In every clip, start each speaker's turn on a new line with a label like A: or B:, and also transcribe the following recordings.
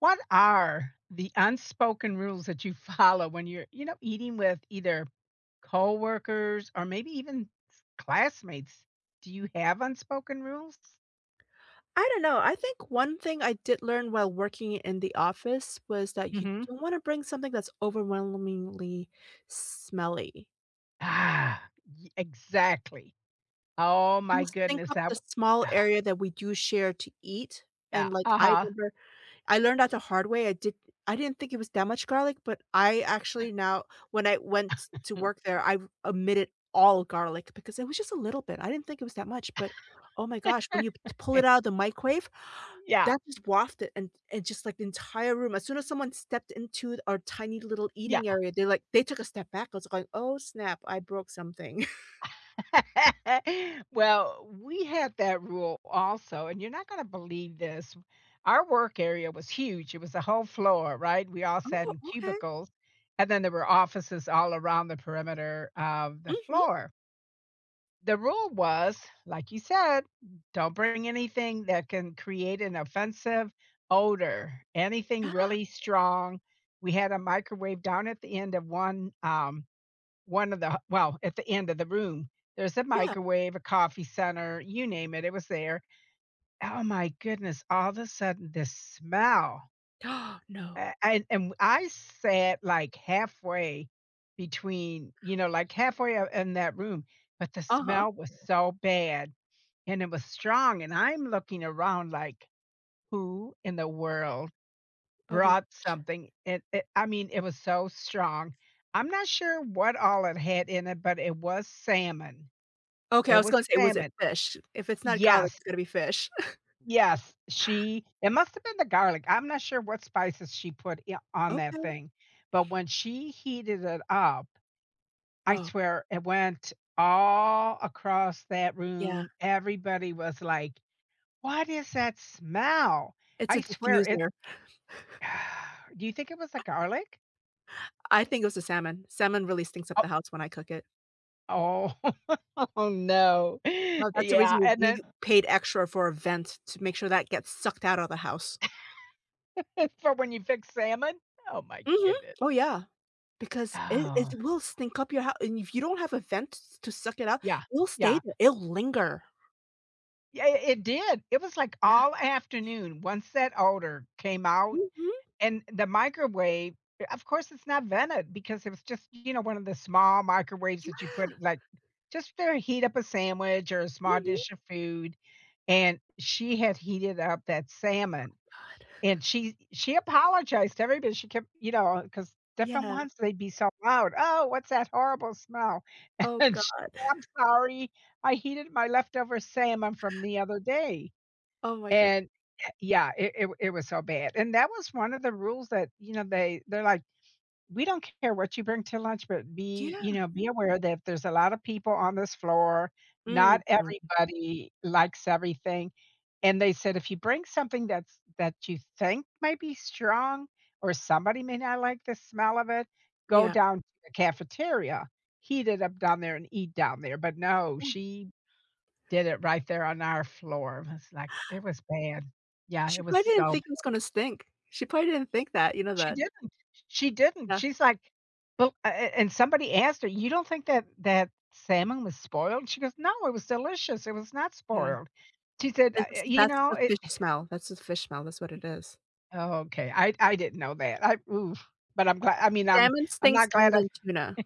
A: What are the unspoken rules that you follow when you're, eating with either coworkers or maybe even classmates? Do you have unspoken rules?
B: I don't know, I think one thing I did learn while working in the office was that you
A: Hmm.
B: don't wanna bring something that's overwhelmingly smelly.
A: Ah, exactly. Oh
B: You
A: my
B: just think
A: goodness,
B: up
A: that.
B: the small area that we do share to eat,
A: Yeah.
B: and, like,
A: Uh
B: I
A: huh.
B: remember I learned that the hard way. I didn't think it was that much garlic, but I actually now when I went to work there, I omitted all garlic because it was just a little bit. I didn't think it was that much, but oh my gosh, when you p pull it out of the microwave,
A: Yeah.
B: that just wafted and just, like, the entire room. As soon as someone stepped into our tiny little
A: Yeah.
B: eating area, they took a step back. I was like, "Oh, snap. I broke something."
A: Well, we had that rule also, and you're not gonna believe this. Our work area was huge. It was a whole floor, right? We all sat
B: Oh,
A: in
B: okay.
A: cubicles, and then there were offices all around the perimeter of the
B: Mhm.
A: floor. The rule was, like you said, don't bring anything that can create an offensive odor,
B: Yeah,
A: anything really strong. We had a microwave down at the end of one of the well, at the end of the room, there's a
B: yeah.
A: microwave, a coffee center, you name it, it was there. Oh my goodness, all of a sudden this smell,
B: Oh, no.
A: a and I sat, like, halfway between, like, halfway o in that room, but the
B: Uh-huh.
A: smell was so bad, and it was strong, and I'm looking around like, "Who in the world
B: Oh my
A: brought
B: gosh.
A: something?" It I mean, it was so strong. I'm not sure what all it had in it, but it was salmon.
B: Okay,
A: It
B: I was
A: was
B: gonna say, was it
A: salmon.
B: fish? If it's not garlic,
A: Yes,
B: it's gonna be fish.
A: yes, she it must have been the garlic. I'm not sure what spices she put I on that
B: Okay.
A: thing, but when she heated it up, I
B: Oh,
A: swear it went all across that
B: yeah,
A: room. Everybody was like, "What is that smell?"
B: it's
A: I
B: a
A: swear it's
B: diffuser.
A: Do you think it was the garlic?
B: I think it was a salmon. Salmon really stinks up
A: Oh,
B: the house when I cook it.
A: oh, oh, no.
B: Well, that's the reason
A: Yeah,
B: we
A: and then,
B: we paid extra for a vent to make sure that gets sucked out of the house.
A: for when you fix salmon? Oh my
B: Mhm.
A: goodness.
B: Oh, yeah, because it
A: Oh,
B: will stink up your house, and if you don't have a vent s to suck it out,
A: yeah,
B: it'll stay
A: yeah.
B: there, it'll linger.
A: Yeah, it did. It was like
B: Yeah.
A: all afternoon once that odor came out,
B: Mhm,
A: and the microwave, of course, it's not vented because it was just, you know, one of the small microwaves that you put, like, just to heat up a sandwich or a small
B: mhm.
A: dish of food, and she had heated up that salmon,
B: God.
A: and she apologized to everybody. She kept, because different
B: Yeah.
A: ones, they'd be so loud, "Oh, what's that horrible smell?"
B: Oh
A: And she said,
B: god.
A: "I'm sorry. I heated my leftover salmon from the other day."
B: Oh my god.
A: And yeah, it was so bad, and that was one of the rules that, they're like, "We don't care what you bring to lunch, but be
B: Yeah.
A: be aware that if there's a lot of people on this floor, not
B: Mhm.
A: everybody likes everything." And they said, "If you bring something that you think might be strong, or somebody may not like the smell of it, go
B: Yeah.
A: down to the cafeteria, heat it up down there and eat down there." But no, she did it right there on our floor. It was like it was bad. Yeah,
B: She
A: it was
B: probably didn't
A: so
B: think it was gonna stink. She probably didn't think that, you know
A: she
B: that.
A: didn't she didn't,
B: Yeah,
A: she's like, "Well," a and somebody asked her, "You don't think that that salmon was spoiled?" She goes, "No, it was delicious. It was not
B: yeah.
A: spoiled." She said,
B: It's just that's the
A: It"
B: fish smell, that's the fish smell, that's what it is.
A: Okay, I didn't know that. But I'm glad. I mean,
B: Salmon
A: I'm
B: stinks
A: not
B: more
A: glad I
B: than tuna.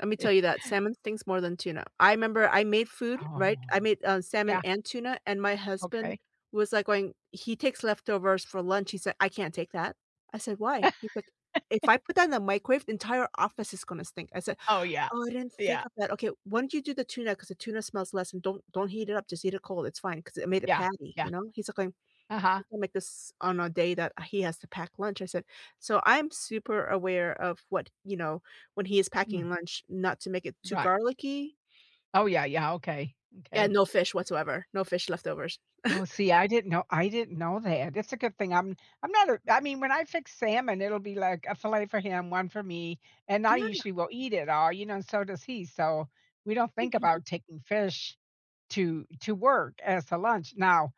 B: Let me tell you that, salmon stinks more than tuna. I remember I made food, right? I
A: Oh,
B: made, salmon
A: yeah,
B: and tuna, and my husband
A: okay.
B: was, like, going he takes leftovers for lunch, he said, "I can't take that." I said, "Why?" He's like, "If I put that in the microwave, the entire office is gonna stink." I said,
A: Oh, yeah.
B: oh, I didn't
A: Yeah,
B: think of that. Okay, why don't you do the tuna? Because the tuna smells less and don't heat it up, just eat it cold, it's fine because it made a
A: yeah,
B: patty,
A: yeah.
B: you know? He's like going,
A: Uh-huh.
B: "He's gonna make this on a day that he has to pack lunch," I said so I'm super aware of what, you know, when he is
A: Mm,
B: packing lunch, not to make it too
A: right.
B: garlicky.
A: Oh, yeah, yeah, okay,
B: Yeah,
A: okay.
B: no fish whatsoever, no fish leftovers.
A: Oh, see, I didn't know that. It's a good thing I'm not a I mean, when I fix salmon, it'll be like a fillet for him, one for me, and I
B: Yeah,
A: usually will eat it all, you know, and so does he. So we don't think
B: mhm,
A: about taking fish to work as a lunch. Now,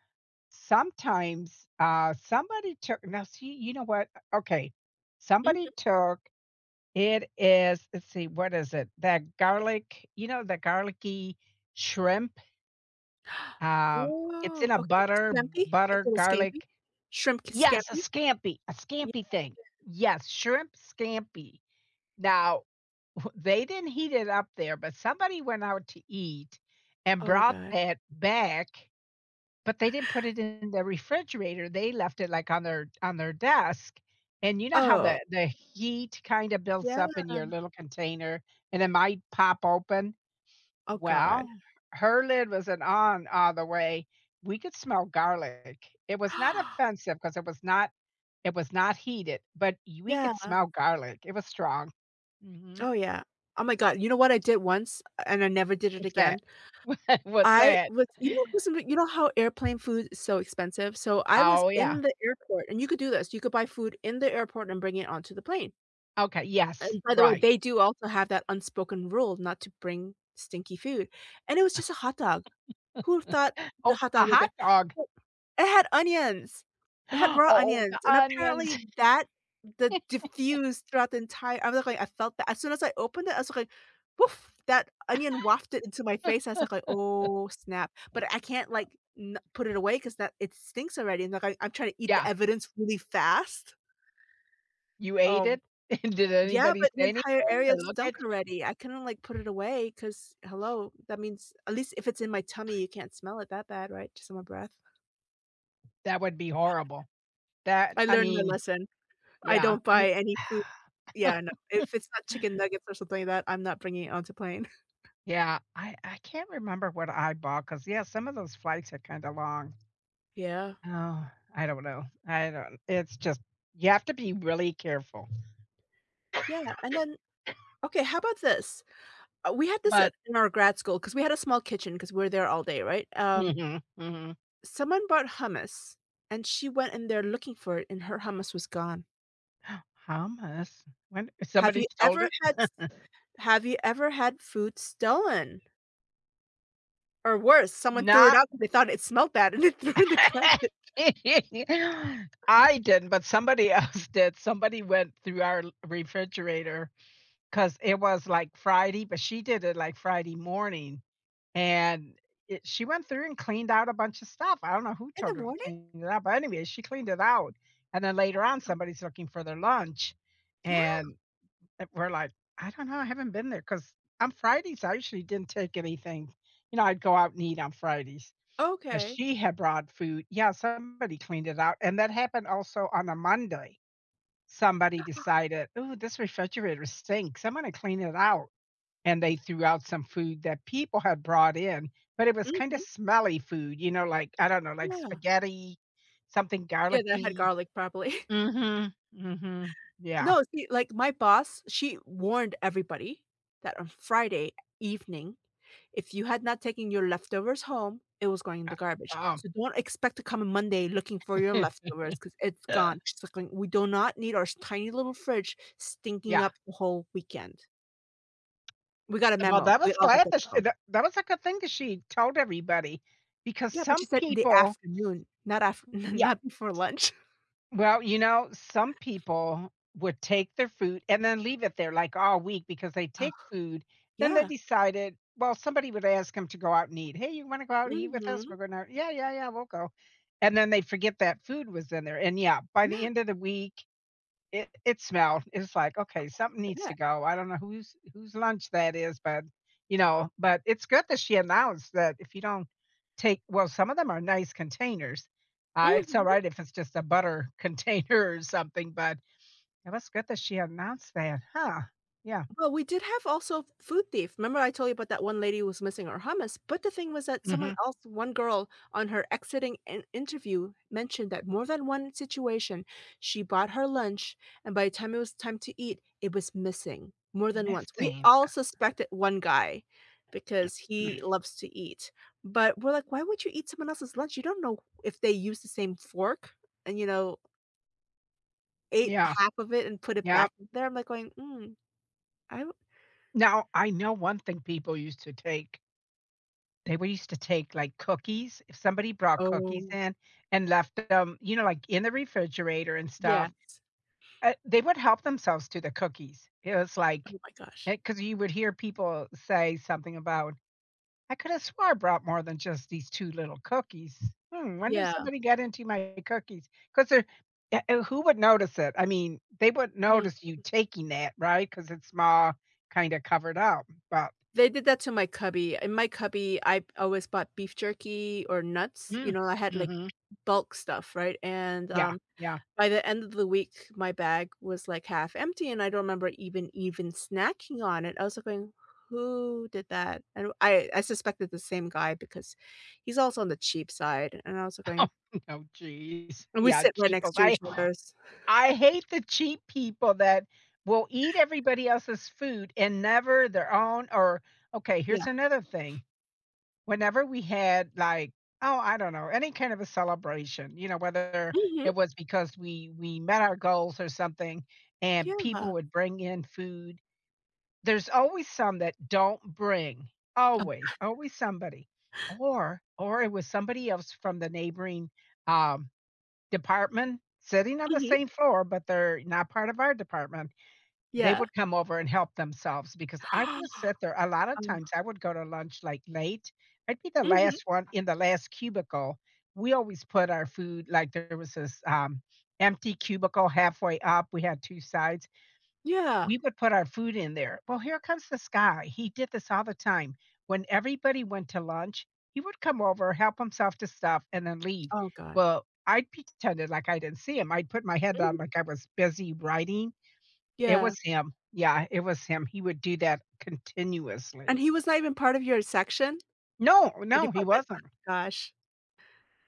A: sometimes, somebody took, now see, you know what? Okay.
B: mhm.
A: Somebody took, it is, let's see, what is it? That garlic, the garlicky shrimp, um, it's
B: Oh,
A: in a
B: okay,
A: butter
B: scampi?
A: butter,
B: It's a scampi?
A: garlic,
B: Shrimp
A: yes,
B: scampi?
A: a
B: Yeah.
A: scampi thing. Yes, shrimp scampi. Now, they didn't heat it up there, but somebody went out to eat and
B: Oh my
A: brought
B: god.
A: that back, but they didn't put it in the refrigerator. They left it, like, on their desk, and you know how
B: Oh,
A: the heat kinda builds
B: yeah?
A: up in your little container, and it might pop open?
B: Oh
A: Well,
B: god.
A: her lid wasn't on all the way. We could smell garlic. It was not offensive because it was not heated, but y we
B: Yeah.
A: could smell garlic. It was strong. Mhm.
B: Oh, yeah. Oh my god, you know what I did once, and I never did it
A: What's that?
B: again?
A: What's
B: I
A: that?
B: was 'cause you know how airplane food is so expensive? So, I was
A: Oh, yeah.
B: in the airport and you could do this, you could buy food in the airport and bring it onto the plane.
A: Okay, yes,
B: And by the way,
A: right.
B: they do also have that unspoken rule not to bring stinky food, and it was just a hot dog. Who thought the
A: Oh,
B: hot
A: a
B: dog would be
A: hot dog.
B: well, it had onions. It had raw
A: Oh,
B: onions,
A: the
B: and
A: onions.
B: apparently that the diffused throughout the entire I was like I felt that as soon as I opened it, I was like, "Woof," that onion wafted into my face. I was like, "Oh, snap," but
A: Oh,
B: I can't,
A: no.
B: like, n put it away because that it stinks already, and, like, I'm trying to eat the
A: Yeah.
B: evidence really fast.
A: You ate
B: Um
A: it? Did
B: yeah,
A: anybody
B: but the
A: say anything
B: entire
A: or
B: area
A: look at
B: stunk
A: you?
B: already. I couldn't, like, put it away because hello, that means at least if it's in my tummy, you can't smell it that bad, right? Just on my breath.
A: That would be horrible. That
B: I
A: I
B: learned my
A: mean,
B: lesson. I
A: yeah,
B: don't
A: I mean
B: buy any food. Yeah, no. If it's not chicken nuggets or something like that, I'm not bringing it onto plane.
A: Yeah, I can't remember what I bought, cause yeah, some of those flights are kinda long.
B: Yeah.
A: Oh, I don't know. I don't it's just you have to be really careful.
B: Yeah, and then okay, how about this? We had this
A: But
B: at in our grad school because we had a small kitchen because we were there all day, right?
A: mhm, mhm.
B: Someone bought hummus, and she went in there looking for it, and her hummus was gone.
A: Hummus? When
B: Have
A: somebody
B: you
A: stole
B: ever
A: it?
B: had Have you ever had food stolen? Or worse, someone threw it
A: Not
B: out because they thought it smelled bad and they threw it in the garbage.
A: I didn't, but somebody else did. Somebody went through our l cause it was, like, Friday, but she did it, like, Friday morning. And it she went through and cleaned out a bunch of stuff. I don't know who
B: In the
A: told her to
B: morning?
A: clean it up, but anyway, she cleaned it out, and then
B: Oh
A: later on,
B: my
A: somebody's looking for their lunch,
B: g Yeah,
A: and, we're like, "I don't know, I haven't been there because on Fridays, I usually didn't take anything. You know, I'd go out and eat on Fridays, and
B: okay.
A: she had brought food." Yeah, somebody cleaned it out, and that happened also on a Monday. Somebody decided, "Ooh, this refrigerator stinks. I'm gonna clean it out." And they threw out some food that people had brought in, but it was kinda
B: Mhm,
A: smelly food, you know, like, I don't know, like
B: yeah.
A: spaghetti, something
B: Yeah, that had
A: garlicky.
B: garlic probably.
A: Mm. Mhm, mm mhm. Yeah,
B: No, see, like, my boss, she warned everybody that on Friday evening if you had not taken your leftovers home, it was going in
A: uh,
B: the garbage.
A: um
B: So don't expect to come on Monday looking for your leftovers because 'cause it's gone. Just like we do not need our tiny little fridge stinking
A: yeah,
B: up the whole weekend. We got a
A: well,
B: memo.
A: that
B: We
A: was
B: all got
A: glad
B: the memo.
A: that that was a good thing that she told everybody because
B: Yeah, but
A: some
B: she said in the
A: people,
B: afternoon, not after,
A: yeah.
B: not before lunch.
A: Well, you know, some people would take their food and then leave it there like all week because they
B: Oh,
A: take food. Then they
B: yeah.
A: decided, well, somebody would ask them to go out and eat. Hey, you want to go out to eat with us?
B: Mhm.
A: We're going to, yeah, yeah, yeah, we'll go. And then they forget that food was in there. And yeah, by the
B: Yeah,
A: end of the week, it smelled. It's like, "Okay, something
B: I
A: needs
B: bet.
A: to go. I don't know whose lunch that is," but, you know but it's good that she announced that if you don't take well, some of them are nice containers. It's
B: Mhm.
A: alright if it's just a butter container or something, but it was good that she announced that, huh? Yeah.
B: Well, we did have also food thief. Remember I told you about that one lady who was missing her hummus? But the thing was that someone
A: Mhm.
B: else, one girl on her exiting an interview mentioned that more than one situation, she bought her lunch and by the time it was time to eat, it was missing more than once. We
A: Missing.
B: all suspected one guy because he loves to eat. But we're like, why would you eat someone else's lunch? You don't know if they used the same fork and, you know, ate
A: Yeah.
B: half of it and put it
A: Yeah.
B: back there. I'm like going, mm, I don't-
A: Now, I know one thing people used to take, like, cookies if somebody brought cookies
B: oh.
A: in and left them, you know, like, in the refrigerator and stuff.
B: Yes.
A: They would help themselves to the cookies. It was like
B: Oh my gosh.
A: because you would hear people say something about, "I coulda swore I brought more than just these 2 little cookies. Hmm, wonder if
B: Yeah.
A: somebody got into my cookies? Because 'Cause who would notice it? I mean, they wouldn't
B: Mm.
A: notice you taking that, right? Because it's small, kinda covered up, but
B: They did that to my cubby. In my cubby, I always bought beef jerky or nuts, you
A: mm,
B: know, I had, like,
A: mhm,
B: bulk stuff, right? And,
A: yeah, yeah."
B: by the end of the week, my bag was, like, half empty, and I don't remember even snacking on it. I was, like, going, "Who did that?" And I suspected the same guy because he's also on the cheap side, and I was, like,
A: Oh,
B: going
A: no, jeez.
B: and we
A: Yeah,
B: sit right next
A: cheapos.
B: to
A: I
B: each other.
A: I hate the cheap people that will eat everybody else's food and never their own, or okay,
B: Yeah.
A: here's another thing. Whenever we had, like, oh, I don't know, any kind of a celebration, you know, whether
B: Mhm.
A: it was because we met our goals or something, and
B: Yeah.
A: people would bring in food, there's always some that don't bring.
B: Uh,
A: Always, always somebody. Or it was somebody else from the neighboring, um department, sitting on the
B: mhm.
A: same floor, but they're not part of our department. They
B: Yeah.
A: would come over and help themselves because I would sit there a lot of
B: Oh.
A: times. I would go to lunch, like, late. I'd be the
B: Mhm.
A: last one in the last cubicle. We always put our food, like, there was this, empty cubicle halfway up, we had 2 sides.
B: Yeah.
A: We would put our food in there. Well, here comes this guy. He did this all the time. When everybody went to lunch, he would come over, help himself to stuff, and then leave.
B: Oh god.
A: Well, I pretended like I didn't see him. I'd put my head
B: Mhm.
A: down like I was busy writing. It
B: Yeah.
A: was him. Yeah, it was him. He would do that
B: And
A: continuously.
B: he was not even part of your section?
A: No,
B: Your
A: no, he
B: department? Oh
A: wasn't.
B: gosh,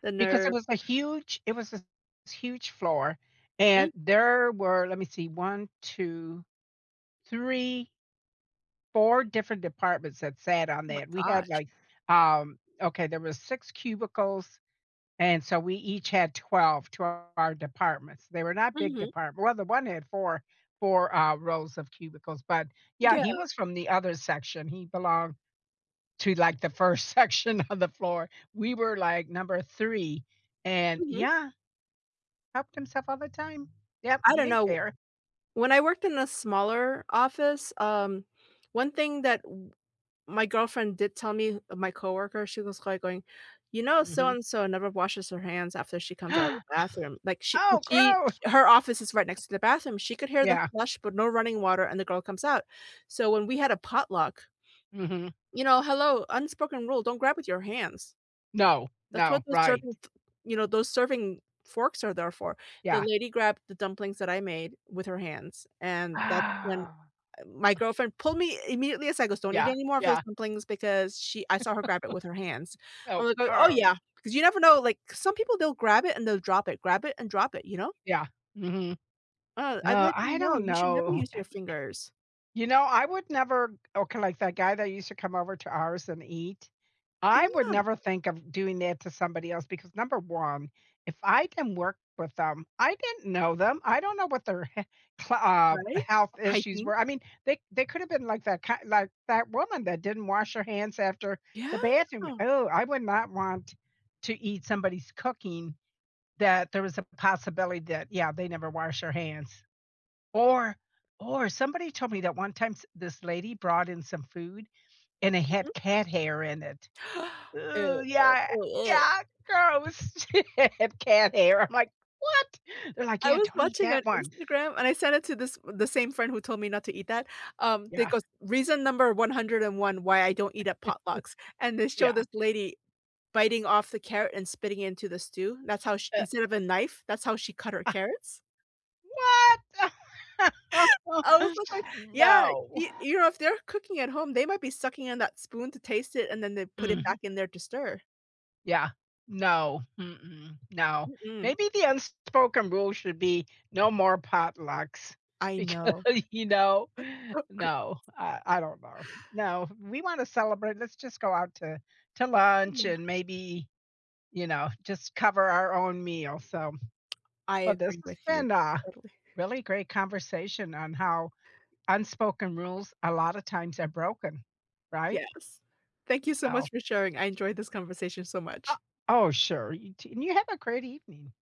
B: the
A: Because
B: nerve.
A: it was a huge floor.
B: Mm,
A: And there were, let me see, one, two, three. 4 different departments that sat on that. We had,
B: gosh.
A: like, okay, there was 6 cubicles, and so we each had 12 to our departments. They were not big
B: Mhm.
A: department well, the one had 4 rows of cubicles, but, yeah,
B: Yeah.
A: he was from the other section. He belonged to, like, the 1st section of the floor. We were, like, number 3, and
B: Mhm.
A: yeah, helped himself all the time. Yep,
B: I
A: he
B: don't
A: didn't
B: know.
A: care.
B: When I worked in a smaller office, one thing that w my girlfriend did tell me my coworker, she was like going, "You know, so
A: Mhm.
B: and so never washes her hands after she comes out of the bathroom." Like
A: "Oh,
B: she
A: gross!"
B: Her office is right next to the bathroom. She could hear the
A: Yeah.
B: flush, but no running water, and the girl comes out. So when we had a potluck
A: Mhm.
B: you know, hello, unspoken rule, don't grab with your hands.
A: No,
B: That's what
A: no,
B: those
A: right.
B: serving f You know, those serving forks are there for. The
A: Yeah.
B: lady grabbed the dumplings that I made with her hands, and that's when,
A: Ah,
B: my girlfriend pulled me immediately aside, goes, "Don't eat
A: yeah,
B: any more of those
A: yeah.
B: dumplings," because she I saw her grab it with her hands. I'm
A: Oh,
B: like, "Oh oh,
A: oh,
B: yeah," because you never know, like, some people, they'll grab it and they'll drop it, grab it and drop it, you know?
A: yeah. Mhm.
B: I'd like to
A: I
B: know,
A: don't
B: you should never
A: know.
B: use your fingers.
A: You know, I would never okay, like that guy that used to come over to ours and eat, I would
B: Yeah,
A: never think of doing that to somebody else because number 1, if I didn't work with them, I didn't know them. I don't know what their he cl
B: right?
A: health issues
B: Hygiene.
A: were. I mean, they could have been like that ki like that woman that didn't wash her hands after
B: Yeah.
A: the bathroom. Oh, I would not want to eat somebody's cooking. That there was a possibility that, yeah, they never wash their hands. Or or somebody told me that one time, s this lady brought in some food, and it had cat hair in it.
B: Ew,
A: Ooh, yeah,
B: uh.
A: yeah, gross. It had cat hair. I'm like, "What?" They're like,
B: I
A: "Yeah,
B: was
A: don't eat
B: watching on
A: that one."
B: Instagram and I sent it to this the same friend who told me not to eat that. They
A: Yeah,
B: goes, "Reason number 101 why I don't eat at potlucks." And they show
A: yeah.
B: this lady biting off the carrot and spitting it into the stew. That's how she
A: Uh,
B: instead of a knife, that's how she cut her carrots.
A: what?
B: I was like going, "Yeah,
A: No.
B: y you know, if they're cooking at home, they might be sucking in that spoon to taste it, and then they put it back
A: Mm.
B: in there to stir."
A: Yeah. No. Mm-mm. No.
B: Mm-mm.
A: Maybe the unspoken rule should be no more potlucks
B: I
A: because,
B: know.
A: you know, no, I don't know. No, we want to celebrate. Let's just go out to, lunch and maybe, just cover our own meal. So,
B: I
A: well, this
B: agree
A: has
B: with you.
A: been a
B: Totally.
A: really great conversation on how unspoken rules a lot of times are broken, right?
B: Yes. Thank you so
A: So,
B: much for sharing. I enjoyed this conversation so
A: uh,
B: much.
A: oh, sure. And you have a great evening.